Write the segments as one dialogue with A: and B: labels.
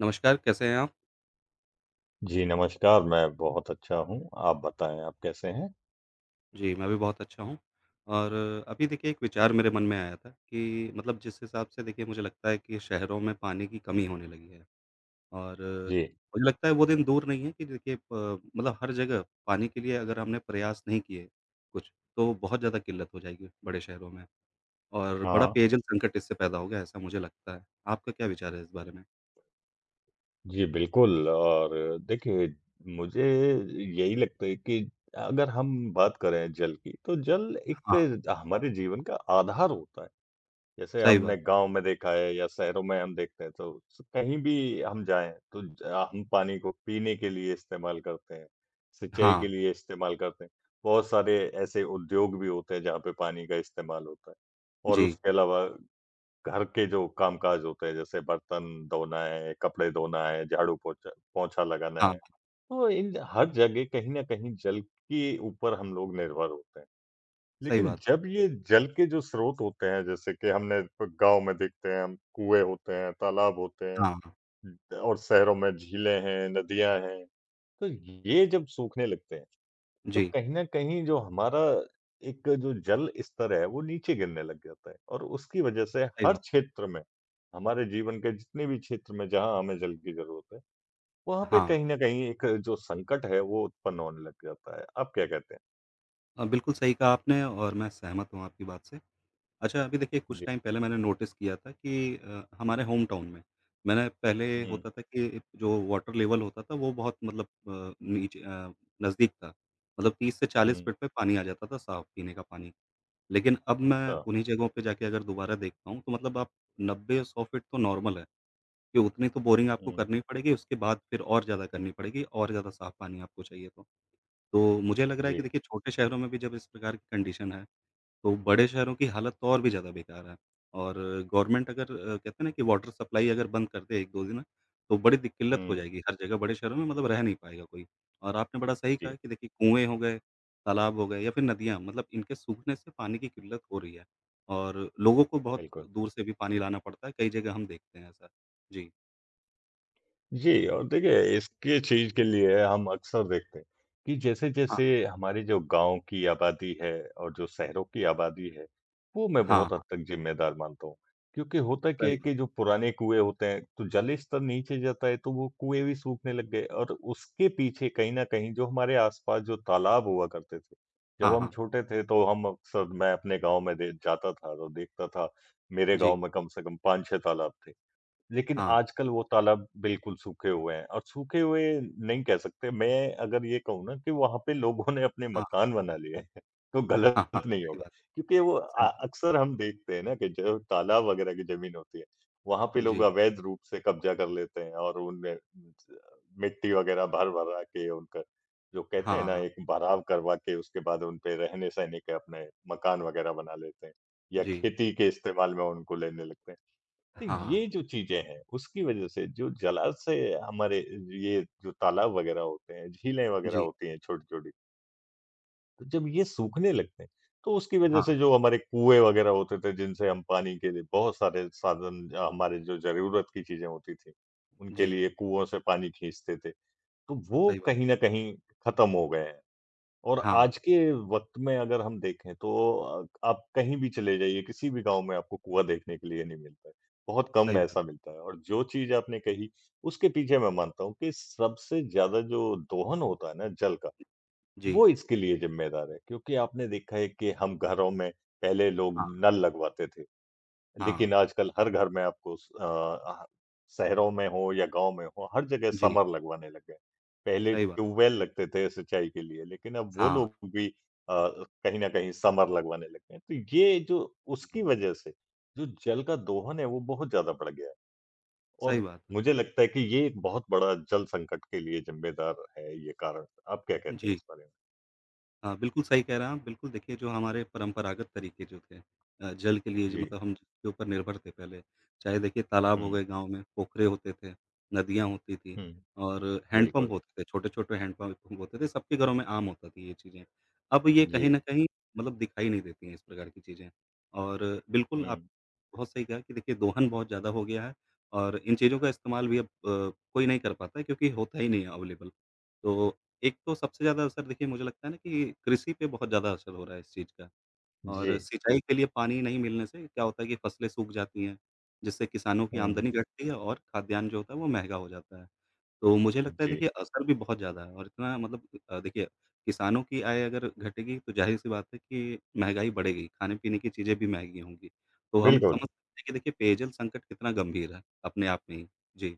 A: नमस्कार, कैसे हैं आप?
B: जी, नमस्कार, मैं बहुत अच्छा हूँ, आप बताएँ आप कैसे हैं?
A: जी, मैं भी बहुत अच्छा हूँ। और अभी देखिए एक विचार मेरे मन में आया था कि मतलब जिस हिसाब से देखिए मुझे लगता है कि शहरों में पानी की कमी होने लगी है। और
B: जी,
A: मुझे लगता है वो दिन दूर नहीं है कि देखिए प मतलब हर जगह पानी के लिए अगर हमने प्रयास नहीं किए कुछ, तो बहुत ज़्यादा किल्लत हो जाएगी बड़े शहरों में। और बड़ा
B: हाँ,
A: पेयजल संकट इससे पैदा होगा ऐसा मुझे लगता है। आपका क्या विचार है इस बारे में?
B: जी बिल्कुल और देखिए मुझे यही लगता है कि अगर हम बात करें जल की, तो जल एक
A: हाँ,
B: हमारे जीवन का आधार होता है। जैसे
A: सही
B: हमने
A: बात।
B: गाँव में देखा है या शहरों में हम देखते हैं तो कहीं भी हम जाएँ तो ज हम पानी को पीने के लिए इस्तेमाल करते हैं, सिंचाई
A: हाँ,
B: के लिए इस्तेमाल करते हैं। बहुत सारे ऐसे उद्योग भी होते हैं जहाँ पे पानी का इस्तेमाल होता है और
A: जी।
B: उसके अलावा घर के जो कामकाज होते हैं, जैसे बर्तन धोना है, कपड़े धोना है, झाड़ू पोछा पोंछा लगाना
A: हाँ,
B: है, तो इन हर जगह कहीं न कहीं जल के ऊपर हम लोग निर्भर होते हैं।
A: सही
B: लेकिन
A: बात है।
B: जब ये जल के जो स्रोत होते हैं, जैसे कि हमने गाँव में देखते हैं हम कुएँ होते हैं, तालाब होते
A: हाँ,
B: हैं और शहरों में झीलें हैं, नदियाँ हैं, तो ये जब सूखने लगते हैं तो
A: जी,
B: कहीं न कहीं जो हमारा एक जो जल स्तर है, वो नीचे गिरने लग जाता है और उसकी वजह से
A: सही
B: हर
A: बात है।
B: क्षेत्र में, हमारे जीवन के जितने भी क्षेत्र में जहाँ हमें जल की ज़रूरत है, वहाँ पे
A: हाँ।
B: कहीं न कहीं एक जो संकट है, वो उत्पन्न होने लग जाता है। आप क्या कहते हैं?
A: बिल्कुल सही कहा आपने और मैं सहमत हूँ आपकी बात से। अच्छा अभी देखिए कुछ
B: जी।
A: टाइम पहले मैंने नोटिस किया था कि हमारे होम टाउन में मैंने पहले
B: हुँ,
A: होता था कि जो वाटर लेवल होता था वो बहुत मतलब नीचे नज़दीक था। मतलब 30 से 40
B: हुँ।
A: फीट पे पानी आ जाता था साफ़ पीने का पानी। लेकिन अब मैं
B: अच्छा।
A: उन्हीं जगहों पे जाके अगर दोबारा देखता हूँ तो मतलब आप 90-100 फीट तो नॉर्मल है कि उतनी तो बोरिंग आपको
B: हुँ,
A: करनी पड़ेगी उसके बाद फिर और ज़्यादा करनी पड़ेगी और ज़्यादा साफ़ पानी आपको चाहिए तो। तो मुझे लग रहा है
B: जी।
A: कि देखिए छोटे शहरों में भी जब इस प्रकार की कंडीशन है, तो बड़े शहरों की हालत तो और भी ज़्यादा बेकार है। और गवर्नमेंट अगर कहते हैं ना कि वाटर सप्लाई अगर बंद कर दे 1-2 दिन, तो बड़ी दिक किल्लत हो
B: हुँ,
A: जाएगी हर जगह बड़े शहरों में मतलब रह नहीं पाएगा कोई। और आपने बड़ा सही
B: जी,
A: कहा कि देखिए कुएँ हो गए, तालाब हो गए या फिर नदियाँ मतलब इनके सूखने से पानी की किल्लत हो रही है। और लोगों को बहुत
B: बिल्कुल।
A: दूर से भी पानी लाना पड़ता है, कई जगह हम देखते हैं ऐसा। जी।
B: जी और देखिए इसके चीज के लिए हम अक्सर देखते हैं कि जैसे-जैसे
A: हाँ,
B: हमारी जो गाँव की आबादी है और जो शहरों की आबादी है, वो मैं
A: हाँ,
B: बहुत हद
A: हाँ,
B: तक ज़िम्मेदार मानता हूँ। क्योंकि होता क्या है
A: सही बात।
B: कि जो पुराने कुएँ होते हैं, तो जल स्तर नीचे जाता है तो वो कुएँ भी सूखने लग गए और उसके पीछे कहीं न कहीं जो हमारे आस-पास जो तालाब हुआ करते थे, जब
A: हाँ,
B: हम
A: हाँ।
B: छोटे थे तो हम अक्सर मैं अपने गाँव में दे जाता था तो देखता था, मेरे गाँव
A: जी।
B: में कम से कम 5-6 तालाब थे। लेकिन
A: हाँ,
B: आजकल वो तालाब बिल्कुल सूखे हुए हैं और सूखे हुए नहीं कह सकते मैं अगर ये कहूँ ना कि वहाँ पे लोगों ने अपने
A: हाँ, हाँ,
B: मकान बना लिए हैं तो गलत
A: हाँ, हाँ,
B: नहीं
A: सही
B: होगा
A: बात,
B: क्योंकि वो
A: सही बात।
B: अक्सर हम देखते हैं ना कि जो तालाब वगैरह की जमीन होती है वहां पे लोग
A: जी,
B: अवैध रूप से कब्जा कर लेते हैं और उनमें मिट्टी वगैरह भर भरा के उनका जो कहते हैं ना
A: हाँ,
B: एक भराव करवा के उसके बाद उनपे रहने सहने के अपने मकान वगैरह बना लेते हैं या
A: जी,
B: खेती के इस्तेमाल में उनको लेने लगते हैं तो
A: हाँ,
B: ये जो चीज़ें हैं, उसकी वज़ह से जो जलाशय हमारे ये जो तालाब वग़ैरह होते हैं, झीलें वग़ैरह
A: जी,
B: होती हैं छोटी-छोटी, तो जब ये सूखने लगते हैं, तो उसकी वज़ह से
A: हाँ,
B: जो हमारे कुएँ वग़ैरह होते थे, जिनसे हम पानी के लिए बहुत सारे साधन हमारे जो ज़रूरत की चीज़ें होती थी, उनके
A: जी,
B: लिए कुओं से पानी खींचते थे, तो वो
A: सही बात।
B: कहीं न कहीं खत्म हो गए हैं। और
A: हाँ,
B: आज के वक़्त में अगर हम देखें तो आप कहीं भी चले जाइए, किसी भी गाँव में आपको कुआँ देखने के लिए नहीं मिलता है। बहुत कम
A: सही बात।
B: ऐसा मिलता है और जो चीज़ आपने कही, उसके पीछे मैं मानता हूँ कि सबसे ज़्यादा जो दोहन होता है ना जल का,
A: जी,
B: वो इसके लिए ज़िम्मेदार है। क्योंकि आपने देखा है कि हम घरों में पहले लोग
A: हाँ,
B: नल लगवाते थे। लेकिन
A: हाँ,
B: आजकल हर घर में आपको ह शहरों में हो या गाँव में हो, हर जगह
A: जी,
B: समर लगवाने लग गए। पहले
A: सही बात।
B: ट्यूबवेल लगते थे सिंचाई के लिए, लेकिन अब वो
A: हाँ,
B: लोग भी कहीं न कहीं समर लगवाने लग गए हैं। तो ये जो उसकी
A: जी,
B: वजह से जो जल का दोहन है, वो बहुत ज़्यादा बढ़ गया है
A: सही
B: और
A: बात है।
B: मुझे लगता है कि ये एक बहुत बड़ा जल संकट के लिए ज़िम्मेदार है ये कारण। आप क्या कहते हैं
A: जी।
B: इस बारे में?
A: हाँ, बिल्कुल सही कह रहे हैं आप। बिल्कुल देखिए जो हमारे परंपरागत तरीके जो थे जल के लिए जो
B: जी।
A: मतलब हम जिसके ऊपर निर्भर थे पहले, चाहे देखिए तालाब हो
B: हुँ,
A: गए गाँव में, पोखरे होते थे, नदियाँ होती थी
B: हुँ,
A: और
B: बिल्कुल।
A: हैंडपंप होते थे, छोटे-छोटे हैंडपंप पंप होते थे, सबके घरों में आम होता थी ये चीज़ें। अब ये कहीं
B: जी।
A: न कहीं मतलब दिखाई नहीं देती हैं इस प्रकार की चीज़ें। और बिल्कुल
B: हुँ,
A: आप बहुत सही कहा कि देखिए दोहन बहुत ज़्यादा हो गया है और इन चीज़ों का इस्तेमाल भी अब कोई नहीं कर पाता है क्योंकि होता ही नहीं है अवेलेबल। तो एक तो सबसे ज़्यादा असर देखिए मुझे लगता है ना कि कृषि पे बहुत ज़्यादा असर हो रहा है इस चीज़ का।
B: जी।
A: और सिंचाई के लिए पानी नहीं मिलने से क्या होता है कि फसलें सूख जाती हैं, जिससे किसानों की
B: हुँ,
A: आमदनी घटती है और खाद्यान्न जो होता है वो महँगा हो जाता है। तो मुझे लगता है
B: जी,
A: देखिए असर भी बहुत ज़्यादा है और इतना मतलब देखिए किसानों की आय अगर घटेगी तो ज़ाहिर-सी बात है कि महँगाई बढ़ेगी, खाने-पीने की चीज़ें भी महँगी होंगी। तो हम
B: बिल्कुल।
A: समझ सकते हैं कि देखिए पेयजल संकट कितना गंभीर है अपने आप में ही। जी,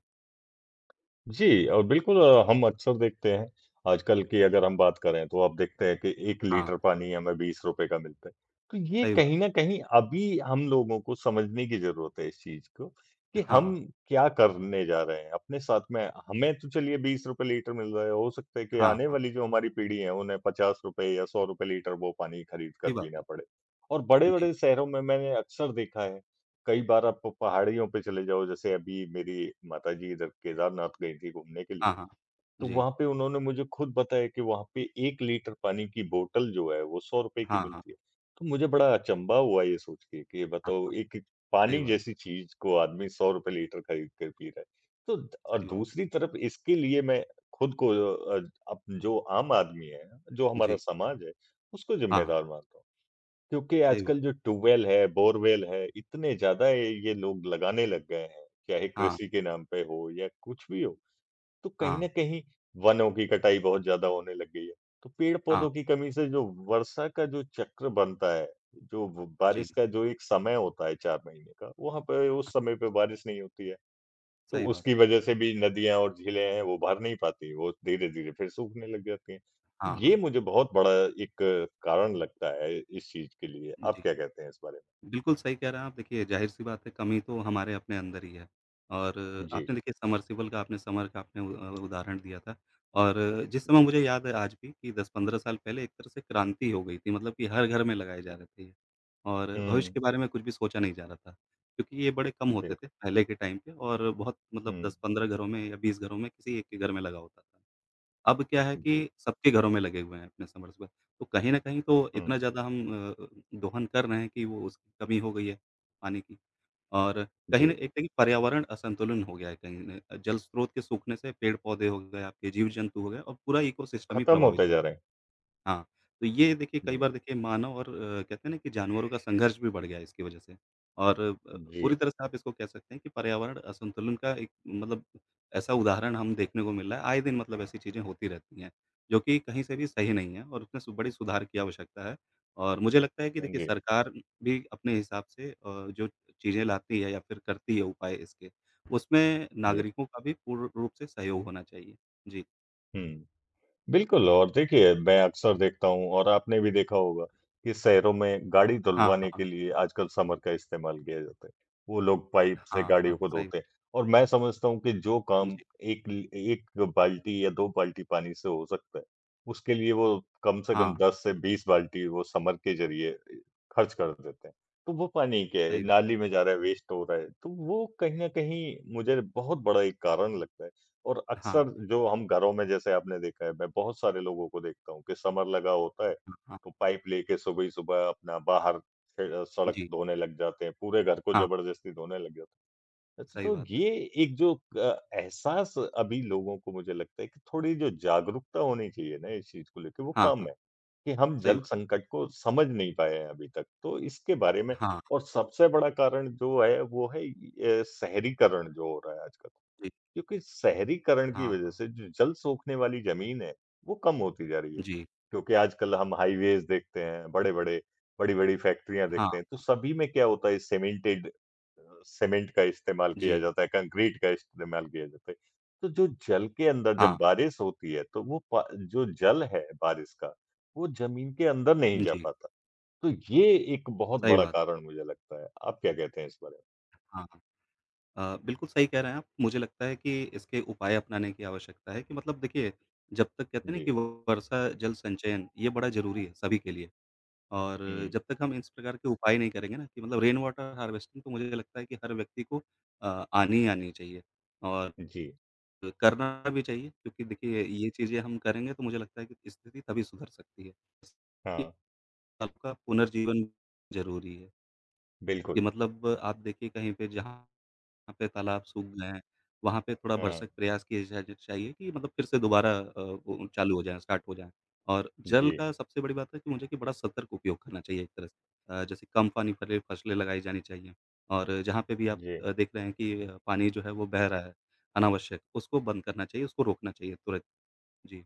B: जी और बिल्कुल हम अक्सर देखते हैं, आजकल की अगर हम बात करें तो आप देखते हैं कि 1
A: हाँ,
B: लीटर पानी हमें ₹20 का मिलता है। तो ये
A: सही बात।
B: कहीं न कहीं अभी हम लोगों को समझने की ज़रूरत है इस चीज़ को कि हम
A: हाँ,
B: क्या करने जा रहे हैं। अपने साथ में हमें तो चलिए ₹20 लीटर मिल रहा है, हो सकता है कि
A: हाँ,
B: आने
A: हाँ,
B: वाली जो हमारी पीढ़ी है उन्हें ₹50 या ₹100 लीटर वो पानी खरीद कर
A: सही बात
B: पीना
A: है।
B: पड़े। और
A: जी,
B: बड़े-बड़े शहरों में मैंने अक्सर देखा है कई बार आप पहाड़ियों पे चले जाओ, जैसे अभी मेरी माताजी इधर केदारनाथ गई थी घूमने के लिए,
A: हाँ, हाँ।
B: तो
A: जी।
B: वहाँ पे उन्होंने मुझे खुद बताया कि वहाँ पे 1 लीटर पानी की बोतल जो है, वो ₹100 की
A: हाँ, हाँ,
B: मिलती है। तो मुझे बड़ा अचंभा हुआ ये सोच के कि ये
A: हाँ।
B: बताओ एक एक
A: सही
B: पानी
A: बात,
B: जैसी चीज़ को आदमी ₹100 लीटर खरीद कर पी रहा है। तो द और
A: सही बात है।
B: दूसरी तरफ इसके लिए मैं खुद को अ, अब जो आम आदमी है, जो हमारा
A: जी।
B: समाज है, उसको
A: हाँ,
B: ज़िम्मेदार मानता हूँ। क्योंकि
A: सही
B: आजकल
A: बात।
B: जो ट्यूबवेल है, बोरवेल है, इतने ज़्यादा ये लोग लगाने लग गए हैं, चाहे
A: हाँ,
B: कृषि के नाम पे हो या कुछ भी हो। तो कहीं न
A: हाँ,
B: कहीं वनों की कटाई बहुत ज़्यादा होने लग गई है। तो
A: हाँ।
B: पेड़-पौधों की कमी से जो वर्षा का जो चक्र बनता है, जो व
A: जी।
B: बारिश का जो एक समय होता है 4 महीने का, वहाँ पे उस
A: हाँ,
B: समय पे बारिश नहीं होती है। तो
A: सही बात
B: उसकी
A: है।
B: वजह से भी नदियाँ और झीलें हैं वो भर नहीं पाती, वो धीरे-धीरे फिर सूखने लग जाती हैं। तो
A: हाँ,
B: ये
A: हाँ।
B: मुझे बहुत बड़ा एक कारण लगता है इस चीज़ के लिए। आप
A: जी।
B: क्या कहते हैं इस बारे
A: बिल्कुल सही कह रहे हैं आप। देखिए, ज़ाहिर-सी बात है कमी तो हमारे अपने अंदर ही है। और
B: में? जी,
A: आपने देखिए समरसिबल का आपने समर का आपने उदाहरण दिया था। और जिस समय
B: जी।
A: मुझे याद है आज भी कि 10-15 साल पहले एक तरह से क्रांति हो गई थी मतलब कि हर घर में लगाए जा रहे थे ये। और भविष्य
B: हुँ,
A: के बारे में कुछ भी सोचा नहीं जा रहा था क्योंकि ये बड़े कम होते थे
B: बिल्कुल।
A: पहले के टाइम पे और बहुत मतलब
B: हुँ,
A: 10-15 घरों में या 20 घरों में किसी एक के घर में लगा होता था। अब क्या है कि
B: जी,
A: सबके घरों में लगे हुए हैं अपने सबमर्सिबल, तो कहीं न कहीं तो
B: हुँ,
A: इतना ज़्यादा हम दोहन कर रहे हैं कि वो उसकी कमी हो गई है पानी की। और कहीं न
B: जी।
A: एक देखिए पर्यावरण असंतुलन हो गया है कहीं न जल स्रोत के सूखने से पेड़-पौधे हो गए आपके, जीव-जंतु हो गए और पूरा इकोसिस्टम ही
B: खत्म
A: प्रभावित
B: होते
A: हो
B: जा रहे हैं।
A: गया। हाँ, तो ये देखिए कई
B: जी,
A: बार देखिए मानव और कहते हैं ना कि जानवरों का संघर्ष भी बढ़ गया है इसकी वजह से। और पूरी
B: जी,
A: तरह से आप इसको कह सकते हैं कि पर्यावरण असंतुलन का एक मतलब ऐसा उदाहरण हम देखने को मिल रहा है, आए दिन मतलब ऐसी चीज़ें होती रहती हैं, जो कि कहीं से भी सही नहीं है और उसमें सु बड़ी सुधार की आवश्यकता है। और मुझे लगता है कि
B: हाँ
A: देखिए
B: जी,
A: सरकार भी अपने हिसाब से जो चीज़ें लाती है या फिर करती है उपाय इसके, उसमें
B: जी।
A: नागरिकों का भी पूर्ण रूप से सहयोग होना चाहिए। जी।
B: हुँ। बिल्कुल और देखिए मैं अक्सर देखता हूँ और आपने भी देखा होगा कि शहरों में गाड़ी
A: हाँ,
B: धुलवाने के
A: हाँ,
B: लिए आजकल समर का इस्तेमाल किया जाता है। वो लोग पाइप से
A: हाँ,
B: गाड़ियों
A: हाँ,
B: को
A: सही।
B: धोते हैं और मैं समझता हूँ कि जो काम
A: जी,
B: एक बाल्टी या दो बाल्टी पानी से हो सकता है उसके लिए वो कम से कम
A: हाँ।
B: 10 से 20 बाल्टी वो समर के जरिए खर्च कर देते हैं तो वो पानी क्या है
A: सही बात
B: नाली में जा रहा है वेस्ट हो रहा है तो वो कहीं ना कहीं मुझे बहुत बड़ा एक कारण लगता है और
A: है। हाँ,
B: अक्सर जो हम घरों में जैसे आपने देखा है, मैं बहुत सारे लोगों को देखता हूँ कि समर लगा होता है,
A: हाँ, हाँ।
B: तो पाइप लेके सुबह-सुबह अपना बाहर सड़क
A: जी,
B: धोने लग जाते हैं, पूरे घर को
A: हाँ,
B: ज़बरदस्ती धोने लग जाते हैं। अच्छा
A: सही
B: तो
A: बात है।
B: ये एक जो एहसास अभी लोगों को मुझे लगता है कि थोड़ी जो जागरूकता होनी चाहिए ना इस चीज़ को लेके वो
A: हाँ,
B: कम
A: हाँ,
B: है, कि हम
A: सही
B: जल
A: बात
B: संकट को समझ नहीं पाए हैं अभी तक। तो इसके बारे में
A: है। हाँ,
B: और सबसे बड़ा कारण जो है वो है शहरीकरण जो हो रहा है आजकल।
A: जी,
B: क्योंकि शहरीकरण की
A: हाँ,
B: वजह से जो जल सोखने वाली ज़मीन है, वो कम होती जा रही है।
A: जी,
B: क्योंकि आजकल हम हाइवेज़ देखते हैं, बड़े-बड़े बड़ी-बड़ी फैक्ट्रियाँ देखते
A: हाँ,
B: हैं, तो सभी में क्या होता है सीमेंट का इस्तेमाल
A: जी,
B: किया जाता है, कंक्रीट का इस्तेमाल किया जाता है। तो जो जल के अंदर जब
A: हाँ,
B: बारिश होती है, तो वो प जो जल है बारिश का, वो ज़मीन के अंदर नहीं जा
A: जी,
B: पाता। तो ये एक बहुत
A: सही
B: बड़ा
A: बात है।
B: कारण मुझे लगता है। आप क्या कहते हैं इस बारे
A: हाँ, बिल्कुल सही कह रहे हैं आप। मुझे लगता है कि इसके उपाय अपनाने की आवश्यकता है कि मतलब देखिए, जब तक कहते
B: में?
A: हैं ना
B: जी।
A: कि वर्षा जल संचयन ये बड़ा ज़रूरी है सभी के लिए। और
B: हुँ।
A: जब तक हम इस प्रकार के उपाय नहीं करेंगे ना कि मतलब रेन वाटर हार्वेस्टिंग तो मुझे लगता है कि हर व्यक्ति को आनी ही आनी चाहिए और
B: जी।
A: करना भी चाहिए क्योंकि देखिए ये चीज़ें हम करेंगे तो मुझे लगता है कि स्थिति तभी सुधर सकती है।
B: हाँ,
A: कि आपका पुनर्जीवन ज़रूरी है, कि
B: बिल्कुल।
A: मतलब आप देखिए कहीं पे जहाँ यहाँ पे तालाब सूख गए हैं, वहाँ पे थोड़ा
B: हाँ।
A: भरसक प्रयास किए जा जा चाहिए कि मतलब फिर से दोबारा वो चालू हो जाएँ, स्टार्ट हो जाएँ। और जल
B: जी,
A: का सबसे बड़ी बात है कि मुझे कि बड़ा सतर्क उपयोग करना चाहिए एक तरह से। जैसे कम पानी वाली फसलें लगाई जानी चाहिए। और जहाँ पे भी आप
B: जी।
A: देख रहे हैं कि पानी जो है वो बह रहा है अनावश्यक, उसको बंद करना चाहिए, उसको रोकना चाहिए तुरंत। जी।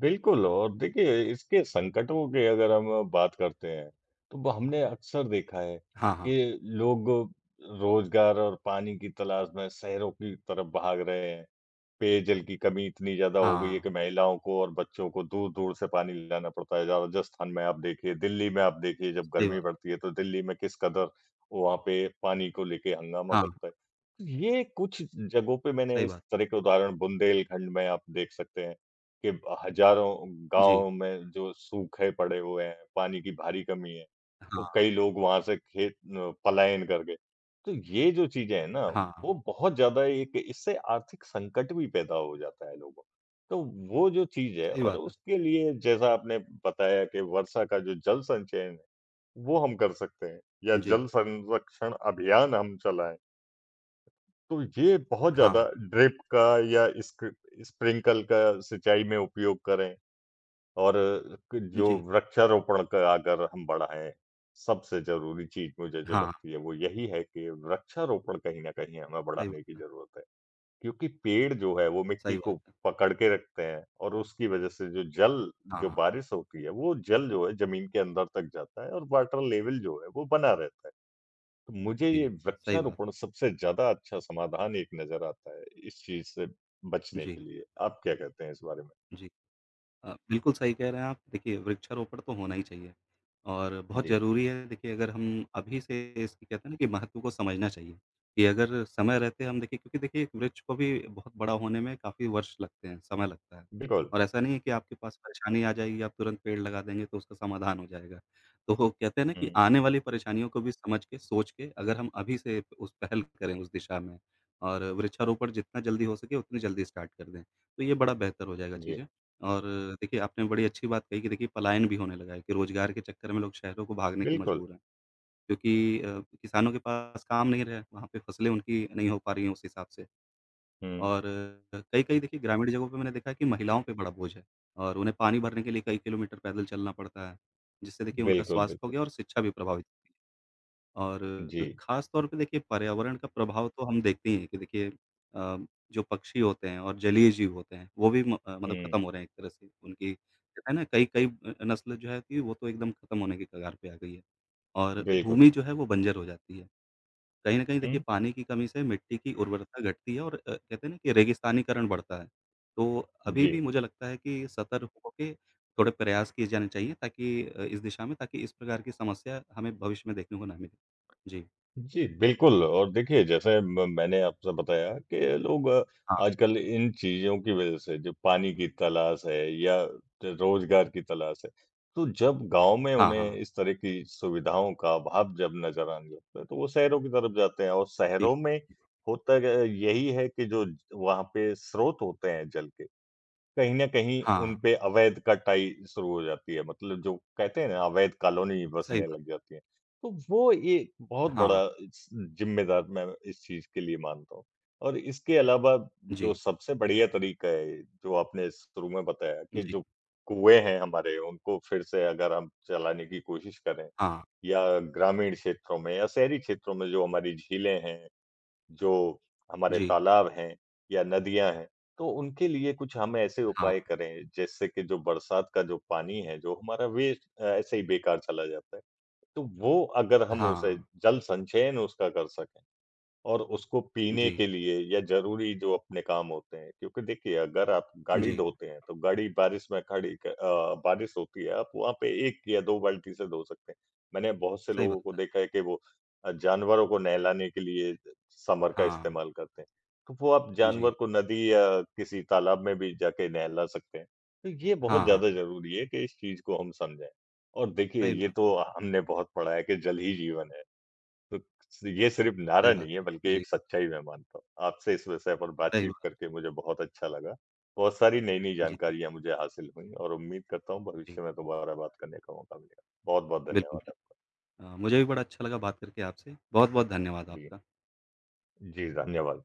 B: बिल्कुल और देखिए इसके संकटों की अगर हम बात करते हैं, तो वो हमने अक्सर देखा है
A: हाँ, हाँ।
B: कि लोग रोज़गार और पानी की तलाश में शहरों की तरफ भाग रहे हैं। पेयजल की कमी इतनी ज़्यादा हो गई है
A: हाँ,
B: कि महिलाओं को और बच्चों को दूर-दूर से पानी लाना पड़ता है। राजस्थान में आप देखिए, दिल्ली में आप देखिए जब
A: सही
B: गर्मी
A: बात है।
B: पड़ती है तो दिल्ली में किस कदर वहाँ पे पानी को लेके हंगामा
A: हाँ,
B: करता है। ये कुछ जगहों पे मैंने
A: सही
B: इस
A: बात।
B: तरह के उदाहरण बुंदेलखंड में आप देख सकते हैं कि हज़ारों
A: जी।
B: गाँव में जो सूखे पड़े हुए हैं, पानी की भारी कमी है, तो
A: हाँ,
B: कई लोग वहाँ से पलायन कर गए। तो ये जो चीज़ें हैं ना,
A: हाँ,
B: वो बहुत ज़्यादा एक इससे आर्थिक संकट भी पैदा हो जाता है लोगों को। तो वो जो चीज़ है
A: सही
B: और
A: बात है।
B: उसके लिए जैसा आपने बताया कि वर्षा का जो जल संचयन है, वो हम कर सकते हैं या
A: जी।
B: जल संरक्षण अभियान हम चलाएँ। तो ये बहुत ज़्यादा
A: हाँ,
B: ड्रिप का या स्क्रि स्प्रिंकल का सिंचाई में उपयोग करें। और क जो
A: जी।
B: वृक्षारोपण का अगर हम बढ़ाएँ, सबसे ज़रूरी चीज़ मुझे जो
A: हाँ,
B: लगती है, वो यही है कि वृक्षारोपण कहीं न कहीं हमें
A: सही
B: बढ़ाने की
A: बात है।
B: ज़रूरत है। क्योंकि पेड़ जो है, वो मिट्टी
A: सही
B: को
A: बात है।
B: पकड़ के रखते हैं और उसकी वजह से जो जल
A: हाँ,
B: जो
A: हाँ,
B: बारिश होती है, वो जल जो है ज़मीन के अंदर तक जाता है और वाटर लेवल जो है, वो बना रहता है। तो मुझे
A: जी,
B: ये
A: सही बात
B: वृक्षारोपण
A: है।
B: सबसे ज़्यादा अच्छा समाधान एक नज़र आता है, इस चीज़ से बचने के
A: जी,
B: लिए। आप क्या कहते हैं इस बारे में?
A: जी। बिल्कुल सही कह रहे हैं आप। देखिए, वृक्षारोपण तो होना ही चाहिए और बहुत
B: जी,
A: ज़रूरी है देखिए अगर हम अभी से इसकी कहते हैं ना कि महत्व को समझना चाहिए, कि अगर समय रहते हम देखिए क्योंकि देखिए एक वृक्ष को भी बहुत बड़ा होने में काफ़ी वर्ष लगते हैं, समय लगता है।
B: बिल्कुल।
A: और ऐसा नहीं है कि आपके पास परेशानी आ जाएगी, आप तुरंत पेड़ लगा देंगे तो उसका समाधान हो जाएगा। तो वो कहते हैं ना कि
B: हुँ,
A: आने वाली परेशानियों को भी समझ के, सोच के अगर हम अभी से उस पहल करें उस दिशा में और वृक्षारोपण जितना जल्दी हो सके उतनी जल्दी स्टार्ट कर दें, तो ये बड़ा बेहतर हो जाएगा
B: जी।
A: चीज़ें। और देखिए, आपने बड़ी अच्छी बात कही कि देखिए पलायन भी होने लगा है कि रोज़गार के चक्कर में लोग शहरों को भागने के
B: बिल्कुल।
A: मजबूर हैं क्योंकि किसानों के पास काम नहीं रहा है, वहाँ पे फसलें उनकी नहीं हो पा रही हैं उस हिसाब से।
B: हुँ,
A: और कई-कई देखिए ग्रामीण जगहों पे मैंने देखा है कि महिलाओं पे बड़ा बोझ है और उन्हें पानी भरने के लिए कई किलोमीटर पैदल चलना पड़ता है, जिससे देखिए उनका
B: बिल्कुल,
A: स्वास्थ्य हो
B: बिल्कुल।
A: गया और शिक्षा भी प्रभावित हुई। और
B: जी।
A: ख़ास तौर पे देखिए पर्यावरण का प्रभाव तो हम देखते ही हैं कि देखिए अ, जो पक्षी होते हैं और जलीय जीव होते हैं वो भी मतलब
B: हुँ,
A: ख़त्म हो रहे हैं एक तरह से। उनकी कहते हैं ना कई कई नस्ल जो है कि वो तो एकदम ख़त्म होने के कगार पे आ गई है। और
B: बिल्कुल।
A: भूमि जो है वो बंजर हो जाती है। कहीं न कहीं
B: हुँ,
A: देखिए पानी की कमी से मिट्टी की उर्वरता घटती है और कहते हैं ना कि रेगिस्तानीकरण बढ़ता है। तो अभी
B: जी।
A: भी मुझे लगता है कि सतर्क होके थोड़े प्रयास किए जाने चाहिए ताकि इस दिशा में ताकि इस प्रकार की समस्या हमें भविष्य में देखने को ना मिले। जी।
B: जी, बिल्कुल और देखिए जैसे म मैंने आपसे बताया कि लोग
A: हाँ,
B: आजकल इन चीज़ों की वज़ह से जो पानी की तलाश है या रोज़गार की तलाश है, तो जब गाँव में
A: हाँ,
B: उन्हें
A: हाँ।
B: इस तरह की सुविधाओं का अभाव जब नज़र आने लगता है, तो वो शहरों की तरफ जाते हैं और
A: जी,
B: शहरों में होता ग यही है कि जो वहाँ पे स्रोत होते हैं जल के कहीं न कहीं उन
A: हाँ,
B: पे अवैध कटाई शुरू हो जाती है, मतलब जो कहते हैं ना अवैध कॉलोनी
A: सही
B: बसने
A: बात।
B: लग जाती है। तो वो एक बहुत
A: हाँ,
B: बड़ा इस ज़िम्मेदार मैं इस चीज़ के लिए मानता हूँ। और इसके अलावा जो
A: जी,
B: सबसे बढ़िया तरीका है, जो आपने शुरू में बताया कि
A: जी,
B: जो कुएँ हैं हमारे उनको फिर से अगर हम चलाने की कोशिश करें
A: हाँ,
B: या ग्रामीण क्षेत्रों में या शहरी क्षेत्रों में जो हमारी झीलें हैं जो हमारे
A: जी,
B: तालाब हैं या नदियाँ हैं, तो उनके लिए कुछ हम ऐसे
A: हाँ,
B: उपाय करें, जिससे कि जो बरसात का जो पानी है, जो हमारा ऐसे ही बेकार चला जाता है। तो वो अगर हम उसे
A: हाँ,
B: जल संचयन उसका कर सकें, और उसको पीने
A: जी,
B: के लिए या ज़रूरी जो अपने काम होते हैं, क्योंकि देखिए अगर आप गाड़ी
A: जी,
B: धोते हैं, तो गाड़ी बारिश में बारिश होती है, आप वहाँ पे 1 या 2 बाल्टी से धो सकते हैं। मैंने बहुत से
A: सही
B: लोगों को
A: बात है।
B: देखा है कि वो जानवरों को नहलाने के लिए समर का
A: हाँ,
B: इस्तेमाल करते हैं। तो वो आप जानवर
A: जी,
B: को नदी या किसी तालाब में भी जाके नहला सकते हैं। तो ये बहुत
A: हाँ, हाँ,
B: ज़्यादा ज़रूरी है कि इस चीज़ को हम समझें। और देखिए
A: सही
B: ये
A: बात है,
B: तो हमने बहुत पढ़ा है कि जल ही जीवन है। तो ये सिर्फ़ नारा
A: सही
B: नहीं है
A: बात है।
B: बल्कि
A: जी,
B: एक सच्चाई मैं मानता हूँ। आपसे इस विषय पर
A: सही
B: बातचीत
A: बात।
B: करके मुझे बहुत अच्छा लगा। बहुत सारी नई-नई
A: जी,
B: जानकारियाँ मुझे हासिल हुईं और उम्मीद करता हूँ
A: जी,
B: भविष्य में दोबारा बात करने का मौका मिलेगा। बहुत-बहुत
A: बिल्कुल।
B: धन्यवाद आपका।
A: मुझे भी बड़ा अच्छा लगा बात करके आपसे। बहुत-बहुत धन्यवाद
B: जी।
A: आपका।
B: जी, धन्यवाद।